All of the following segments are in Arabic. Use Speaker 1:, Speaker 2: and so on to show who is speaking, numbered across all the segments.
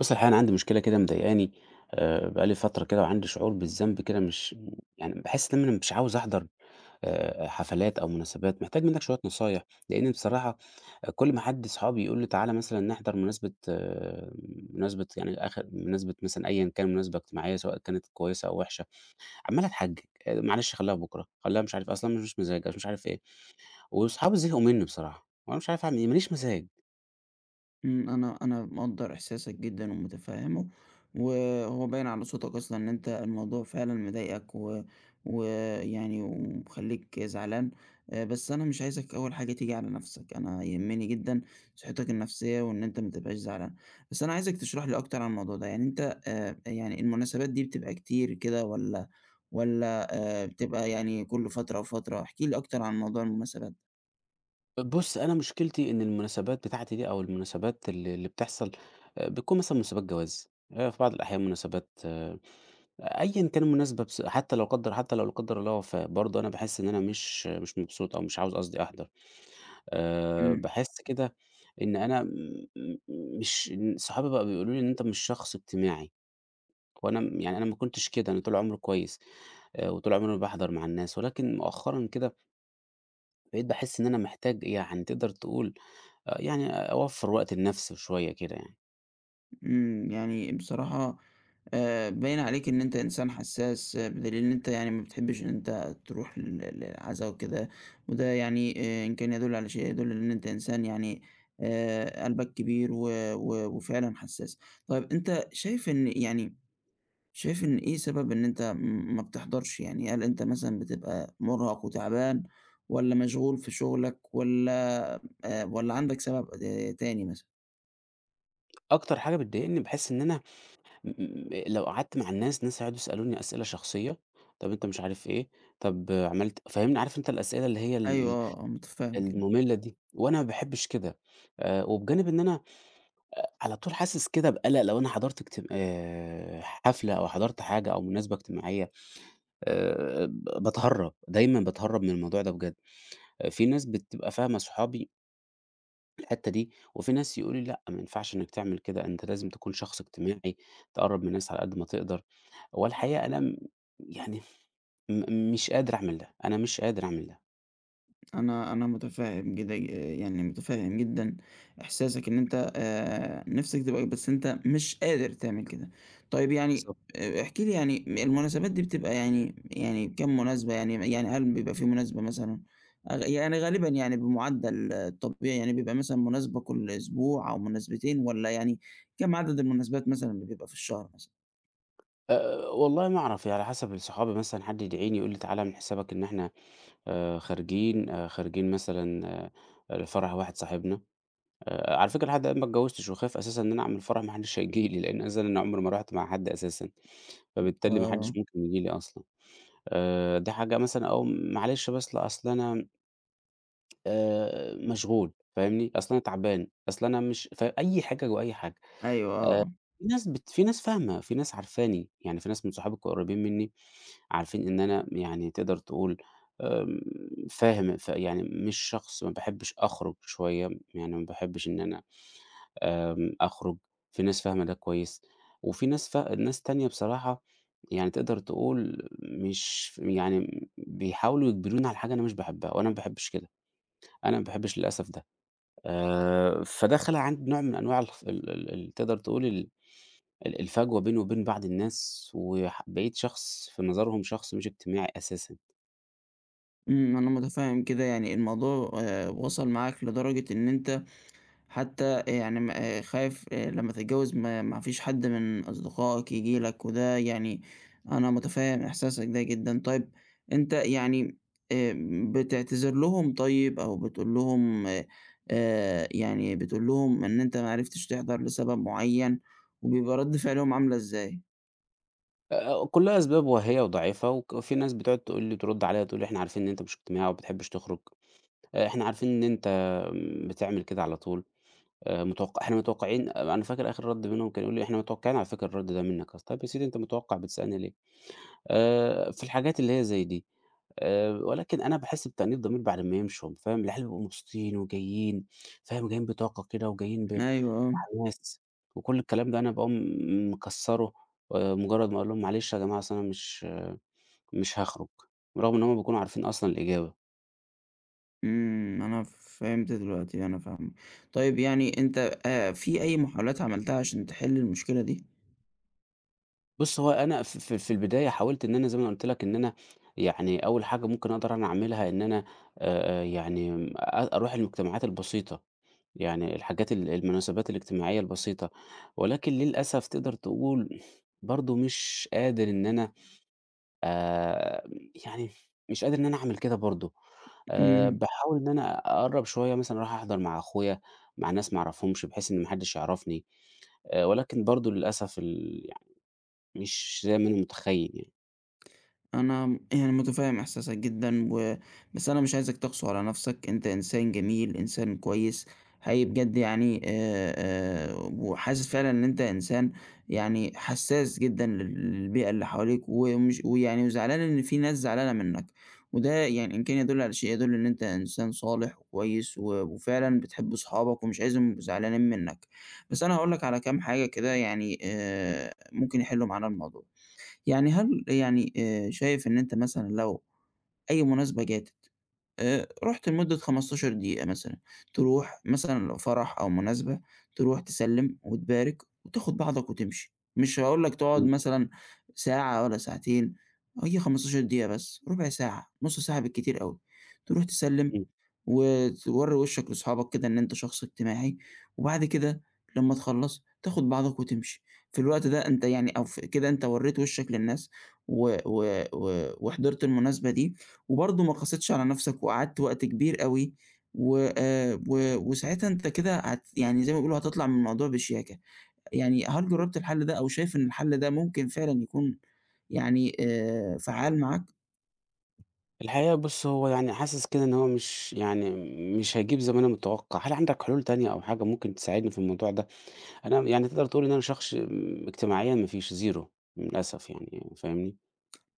Speaker 1: بُصّ، الحقيقة أنا عندي مشكلة كده مضايقاني. بقى لي فترة كده وعندي شعور بالذنب كده مش يعني باحس إن أنا مش عاوز أحضر حفلات أو مناسبات، محتاج منّك شوية نصايح، لإن بصراحة كل ما حد صحابي يقول لي تعالَ مثلًا نحضر مناسبة يعني آخر مناسبة مثلًا أيًا كان مناسبة اجتماعية سواء كانت كويسة أو وحشة، عمّال أتحجج، معلش خلّيها بُكرة، خلّيها مش عارف أصلًا مش مزاج، مش عارف إيه، وأصحابي زهقوا منّي بصراحة وأنا مش عارف أعمل إيه، ما ليش مزاج.
Speaker 2: أنا مقدّر إحساسك جدًا ومتفهّمه، وهو باين على صوتك أصلًا إن أنت الموضوع فعلًا مضايقك و ويعني ومخلّيك زعلان. بس أنا مش عايزك أول حاجة تيجي على نَفْسك، أنا يهمّني جدًا صحتك النفسية وإن أنت ما تبقاش زعلان. بس أنا عايزك تشرح لي أكتر عن الموضوع ده، يعني أنت يعني المناسبات دي بتبقى كتير كده والّا بتبقى يعني كل فترة وفترة؟ احكِ لي أكتر عن موضوع المناسبات.
Speaker 1: بُص، أنا مشكلتي إن المناسبات بتاعتي دي أو المناسبات اللي بتحصل بتكون مثلًا مناسبات جواز، في بعض الأحيان مناسبات، أيًا كان المناسبة بس حتى لو قدّر حتى لو لا قدّر الله وفاة، برضه أنا باحس إن أنا مش مبسوط أو مش عاوز قصدي أحضر.
Speaker 2: إمم،
Speaker 1: باحس كده إن أنا م م مش إن صحابي بقوا بيقولوا لي إن أنت مش شخص اجتماعي، وأنا يعني أنا ما كنتش كده، أنا طول عمري كويس، وطول عمري باحضر مع الناس، ولكن مؤخرًا كده بقيت باحس إن أنا محتاج يعني تقدر تقول، يعني أوفّر وقت لنفسي شوية كده يعني.
Speaker 2: إمم، يعني بصراحة باين عليك إن أنت إنسان حسّاس، آه، بدليل إن أنت يعني ما بتحبّش إن أنت تروح للعزا وكده. وده يعني إن كان يدُل على شيء يدُل إن أنت إنسان يعني قلبك كبير و و وفعلًا حسّاس. طيب أنت شايف إن إيه سبب إن أنت ما بتحضرش؟ يعني هل أنت مثلًا بتبقى مُرهَق وتعبان والّا مشغول في شغلك والّا عندك سبب تاني مثلًا؟
Speaker 1: أكتر حاجة بتضايقني باحس إن أنا م م لو قعدت مع الناس، ناس هيقعدوا يسألوني أسئلة شخصية، طب أنت مش عارف إيه، طب عملت فاهمني؟ عارف أنت الأسئلة اللي هي
Speaker 2: أيوه آه، آه، متفهّم كده.
Speaker 1: المملة دي، وأنا ما باحبش كده. وبجانب إن أنا على طول حاسس كده بقلق لو أنا حضرت اجت حفلة أو حضرت حاجة أو مناسبة اجتماعية، ب باتهرّب، دايمًا باتهرّب من الموضوع ده بجد. في ناس بتبقى فاهمة صحابي الحتة دي، وفي ناس يقولوا لي: "لأ، ما ينفعش إنّك تعمل كده، أنت لازم تكون شخص اجتماعي، تقرّب من الناس على قد ما تقدر." والحقيقة أنا يعني مش قادر أعمل ده، أنا مش قادر أعمل ده.
Speaker 2: أنا متفهم جدا يعني متفهم جدًا إحساسك إن أنت نِفْسك تبقى بس أنت مش قادر تعمل كده. طيب يعني
Speaker 1: بالضبط.
Speaker 2: احكِ لي يعني المناسبات دي بتبقى يعني يعني كام مناسبة يعني هل بيبقى في مناسبة مثلًا يعني غالبًا يعني بمعدل آه، طبيعي يعني بيبقى مثلًا مناسبة كل أسبوع أو مناسبتين والّا يعني كام عدد المناسبات مثلًا اللي بيبقى في الشهر مثلًا؟
Speaker 1: والله ما أعرف، يعني على حسب صحابي مثلًا حد يدعيني يقول لي: "تعالَ اعمل حسابك إن إحنا خارجين مثلًا لفرح واحد صاحبنا." على فكرة لحد الآن ما اتجوّزتش وخايف أساسًا إن أنا أعمل فرح ما حدّش هييجي لي، لإن أساسًا أنا عمري ما رُحت مع حد أساسًا، فبالتالي ما حدّش
Speaker 2: آه،
Speaker 1: ممكن ييجي لي أصلًا. دي حاجة مثلًا أو معلش بس لا أصل أنا مشغول فاهمني، أصل أنا تعبان، أصل أنا مش فأي حاجة وأي حاجة.
Speaker 2: أيوه آه،
Speaker 1: آآ
Speaker 2: آه.
Speaker 1: في ناس فاهمة، في ناس عارفاني، يعني في ناس من صحابي القريبين مني عارفين إن أنا يعني تقدر تقول، آمم فاهم، يعني مش شخص ما باحبش أخرج شوية، يعني ما باحبش إن أنا، أخرج، في ناس فاهمة ده كويس، وفي ناس ناس تانية بصراحة يعني تقدر تقول مش يعني بيحاولوا يجبروني على حاجة أنا مش باحبها، وأنا ما باحبش كده، أنا ما باحبش للأسف ده. فده خلق عندي نوع من أنواع الخ ال ال ال تقدر تقول ال الفجوة بيني وبين بعض الناس، بقيت شخص في نظرهم شخص مش اجتماعي أساسًا.
Speaker 2: أنا متفهم كده يعني الموضوع وصل معاك لدرجة إن أنت حتى يعني م خايف لمّا تتجوّز ما فيش حد من أصدقائك ييجي لك، وده يعني أنا متفهّم إحساسك ده جدًا. طيب أنت يعني بتعتذر لهم طيب أو بتقول لهم يعني بتقول لهم إن أنت ما عرفتش تحضر لسبب معيّن، وبيبقى رَد فعلهم عاملة إزاي؟
Speaker 1: كلها أسباب وهمية وضعيفة، وفي ناس بتقعد تقول لي ترد عليّا تقول لي: "إحنا عارفين إن أنت مش اجتماعي وما بتحبش تخرج." إحنا عارفين إن أنت بتعمل كده على طول، متوق إحنا متوقّعين، أنا فاكر آخر رَد منهم كان يقول لي: "إحنا متوقّعين على فكرة الرَد ده منّك أصلًا." طيب يا سيدي أنت متوقّع بتسألني ليه؟ في الحاجات اللي هي زي دي، ولكن أنا باحس بتأنيب ضمير بعد ما يمشوا فاهم، العيال بيبقوا مبسوطين وجايين فاهم، جايين بطاقة كده وجايين
Speaker 2: أيوه آه.
Speaker 1: بحماس وكل الكلام ده أنا باقوم مكسّره، مجرّد ما أقول لهم: "معلش يا جماعة أصل أنا مش هاخرج." برغم إن هم بيكونوا عارفين أصلًا الإجابة.
Speaker 2: أنا فهمت دلوقتي، أنا فاهمك. طيب يعني أنت في أي محاولات عملتها عشان تحِل المشكلة دي؟
Speaker 1: بُص، هو أنا ف ف في البداية حاولت إن أنا زي ما أنا قُلت لك إن أنا يعني أول حاجة ممكن أقدر أنا أعملها إن أنا، يعني أروح المجتمعات البسيطة، يعني الحاجات، المناسبات الاجتماعية البسيطة، ولكن للأسف تقدر تقول برضه مش قادر إن أنا، آآ، يعني مش قادر إن أنا أعمل كده برضه،
Speaker 2: إمم.
Speaker 1: باحاول إن أنا أقرّب شوية مثلًا أروح أحضر مع أخويا، مع ناس ما أعرفهمش بحيث إن ما حدش يعرفني، ولكن برضه للأسف يعني مش زي ما أنا متخيل يعني.
Speaker 2: أنا يعني مُتفهِّم إحساسك جدًا و بس أنا مش عايزك تقسو على نَفْسك، أنت إنسان جميل، إنسان كويس، حقيقي بجد يعني وحاسس فعلًا إن أنت إنسان يعني حسّاس جدًا للبيئة اللي حواليك ويعني وزعلان إن في ناس زعلانة منّك. وده يعني إن كان يدُل على شيء يدُل إن أنت إنسان صالح وكويس وفعلًا بتحب صحابك ومش عايزهم يبقوا زعلانين منّك. بس أنا هاقول لك على كام حاجة كده يعني ممكن يحِلّوا معانا الموضوع. يعني هل يعني شايف إن أنت مثلًا لو أي مناسبة جاتك رُحت لمدة 15 دقيقة مثلًا، تروح مثلًا لو فرح أو مناسبة، تروح تسلِّم وتبارك وتاخد بعضك وتمشي، مش هاقول لك تقعد
Speaker 1: إمم،
Speaker 2: مثلًا ساعة ولا ساعتين، هي 15 دقيقة بس، ربع ساعة، نُص ساعة بالكتير أوي، تروح تسلِّم
Speaker 1: إمم.
Speaker 2: وتورّي وشّك لأصحابك كده إن أنت شخص اجتماعي. وبعد كده لمّا تخلّص تاخد بعضك وتمشي، في الوقت ده أنت يعني أو كده أنت ورّيت وشّك للناس و و و وحضرت المناسبة دي وبرضه ما قَسِيتش على نَفْسك وقعدت وقت كبير أوي و و وساعتها أنت كده يعني زي ما بيقولوا هتطلع من الموضوع بشياكة. يعني هل جرّبت الحل ده أو شايف إن الحل ده ممكن فعلًا يكون يعني فعّال معاك؟
Speaker 1: الحقيقة بُص، هو يعني حاسس كده إن هو مش يعني مش هيجيب زي ما أنا متوقع، هل عندك حلول تانية أو حاجة ممكن تساعدني في الموضوع ده؟ أنا يعني تقدر تقول إن أنا شخص اجتماعيًا ما فيش زيرو للأسف يعني فاهمني؟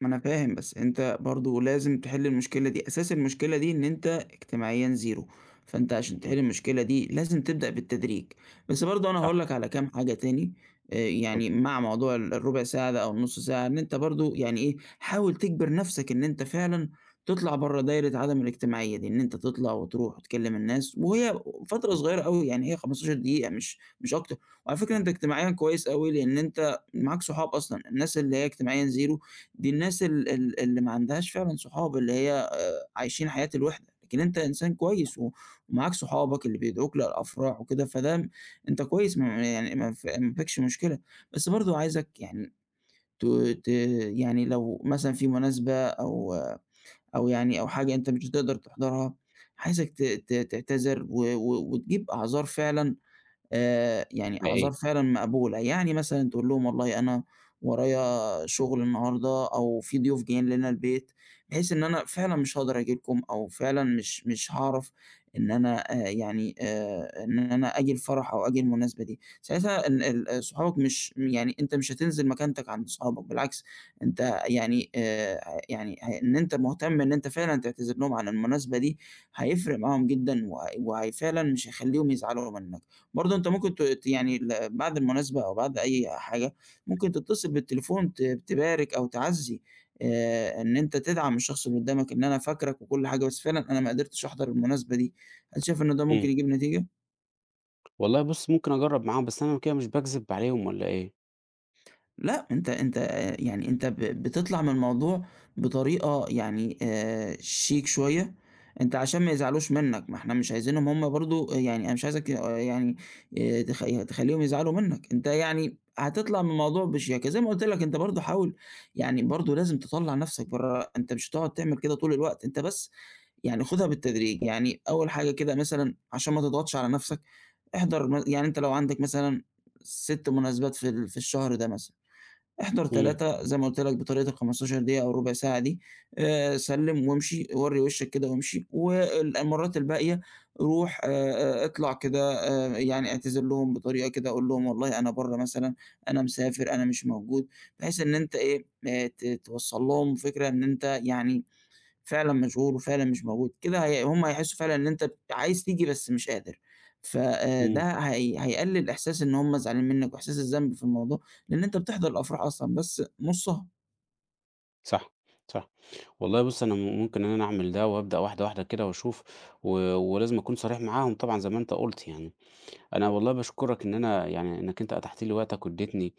Speaker 2: ما أنا فاهم، بس أنت برضه لازم تحل المشكلة دي، أساس المشكلة دي إن أنت اجتماعيًا زيرو، فأنت عشان
Speaker 1: إمم،
Speaker 2: تحل المشكلة دي لازم تبدأ بالتدريج. بس برضه أنا
Speaker 1: صح،
Speaker 2: هاقول لك على كام حاجة تاني يعني
Speaker 1: اتفضل،
Speaker 2: مع موضوع الربع ساعة ده أو النُص ساعة، إن أنت برضه يعني إيه، حاول تجبر نفسك إن أنت فعلًا تطلع برّه دايرة عدم الاجتماعية دي، إن أنت تطلع وتروح وتكلم الناس، وهي فترة
Speaker 1: اتفضل،
Speaker 2: صغيرة أوي يعني هي 15 دقيقة مش أكتر. وعلى فكرة
Speaker 1: صح،
Speaker 2: أنت اجتماعيًا كويس أوي لإن أنت معاك صحاب أصلًا، الناس اللي هي اجتماعيًا زيرو دي الناس ال ال اللي ما عندهاش فعلًا صحاب، اللي هي عايشين حياة الوِحدة، لكن أنت إنسان كويس ومعاك صحابك اللي بيدعوك للأفراح وكده، فده أنت كويس يعني ما فيكش مشكلة. بس برضه عايزك يعني ت ت يعني لو مثلًا في مناسبة أو يعني حاجة أنت مش هتقدر تحضرها، عايزك ت ت تعتذر و و وتجيب أعذار فعلًا يعني
Speaker 1: حقيقية،
Speaker 2: أعذار فعلًا مقبولة، يعني مثلًا تقول لهم والله أنا ورايا شغل النهارده أو في ضيوف جايين لنا البيت، بحيث إن أنا فعلًا مش هاقدر أجي لكم أو فعلًا مش هاعرف إن أنا يعني إن أنا آجي الفرح أو آجي المناسبة دي، ساعتها ال ال آه، صحابك مش يعني أنت مش هتنزل مكانتك عند صحابك، بالعكس أنت يعني يعني إن أنت مهتم إن أنت فعلًا تعتذر لهم عن المناسبة دي، هيفرق معاهم جدًا وهي فعلًا مش هيخلّيهم يزعلوا منك. برضه أنت ممكن ت ت يعني بعد المناسبة أو بعد أي حاجة، ممكن تتصل بالتليفون تبارك أو تعزّي إن أنت تدعم الشخص اللي قدّامك إن أنا فاكرك وكل حاجة، بس فعلًا أنا ما قدرتش أحضر المناسبة دي، هل شايف إن ده ممكن
Speaker 1: إمم.
Speaker 2: يجيب نتيجة؟
Speaker 1: والله بُص، ممكن أجرّب معاهم، بس أنا كده مش باكذب عليهم والّا إيه؟
Speaker 2: لأ، أنت يعني أنت بتطلع من الموضوع بطريقة يعني شيك شوية، أنت عشان ما يزعلوش منّك، ما إحنا مش عايزينهم هم برضه يعني أنا مش عايزك يعني تخ تخلّيهم يزعلوا منّك، أنت يعني هتطلع من الموضوع بشياكة، زي ما قُلت لك أنت برضه حاول يعني برضه لازم تطلّع نَفْسك برّه، أنت مش هتقعد تعمل كده طول الوقت، أنت بس يعني خُدها بالتدريج، يعني أول حاجة كده مثلًا عشان ما تضغطش على نَفْسك، احضر يعني أنت لو عندك مثلًا 6 مناسبات في الشهر ده مثلًا. احضر
Speaker 1: إمم،
Speaker 2: 3 زي ما قُلت لك بطريقة ال15 دقيقة أو ربع ساعة دي، سلِّم وامشي، ورّي وشّك كده وامشي، المرات الباقية روح اطلع كده يعني اعتذر لهم بطريقة كده، قُل لهم والله أنا برّه مثلًا، أنا مسافر، أنا مش موجود، بحيث إن أنت إيه، ت توصّل لهم فكرة إن أنت يعني فعلًا مشغول وفعلًا مش موجود، كده هُم هيحسّوا فعلًا إن أنت عايز تيجي بس مش قادر، ف ده
Speaker 1: إمم،
Speaker 2: هيقلل إحساس إن هُم زعلانين منك وإحساس الذنب في الموضوع، لإن أنت بتحضر الأفراح أصلًا بس نُصّها.
Speaker 1: صح، صح. والله بُص، أنا ممكن إن أنا أعمل ده وأبدأ واحدة، واحدة كده وأشوف، و ولازم أكون صريح معاهم طبعًا زي ما أنت قُلت يعني. أنا والله باشكرك إن أنا يعني إنك أنت أتحت لي وقتك وادّيتني،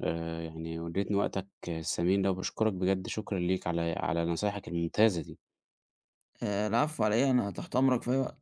Speaker 1: يعني وادّيتني وقتك الثمين ده، وباشكرك بجد شكرًا ليك على نصايحك الممتازة دي.
Speaker 2: العفو على إيه، أنا تحت أمرك في أي وقت.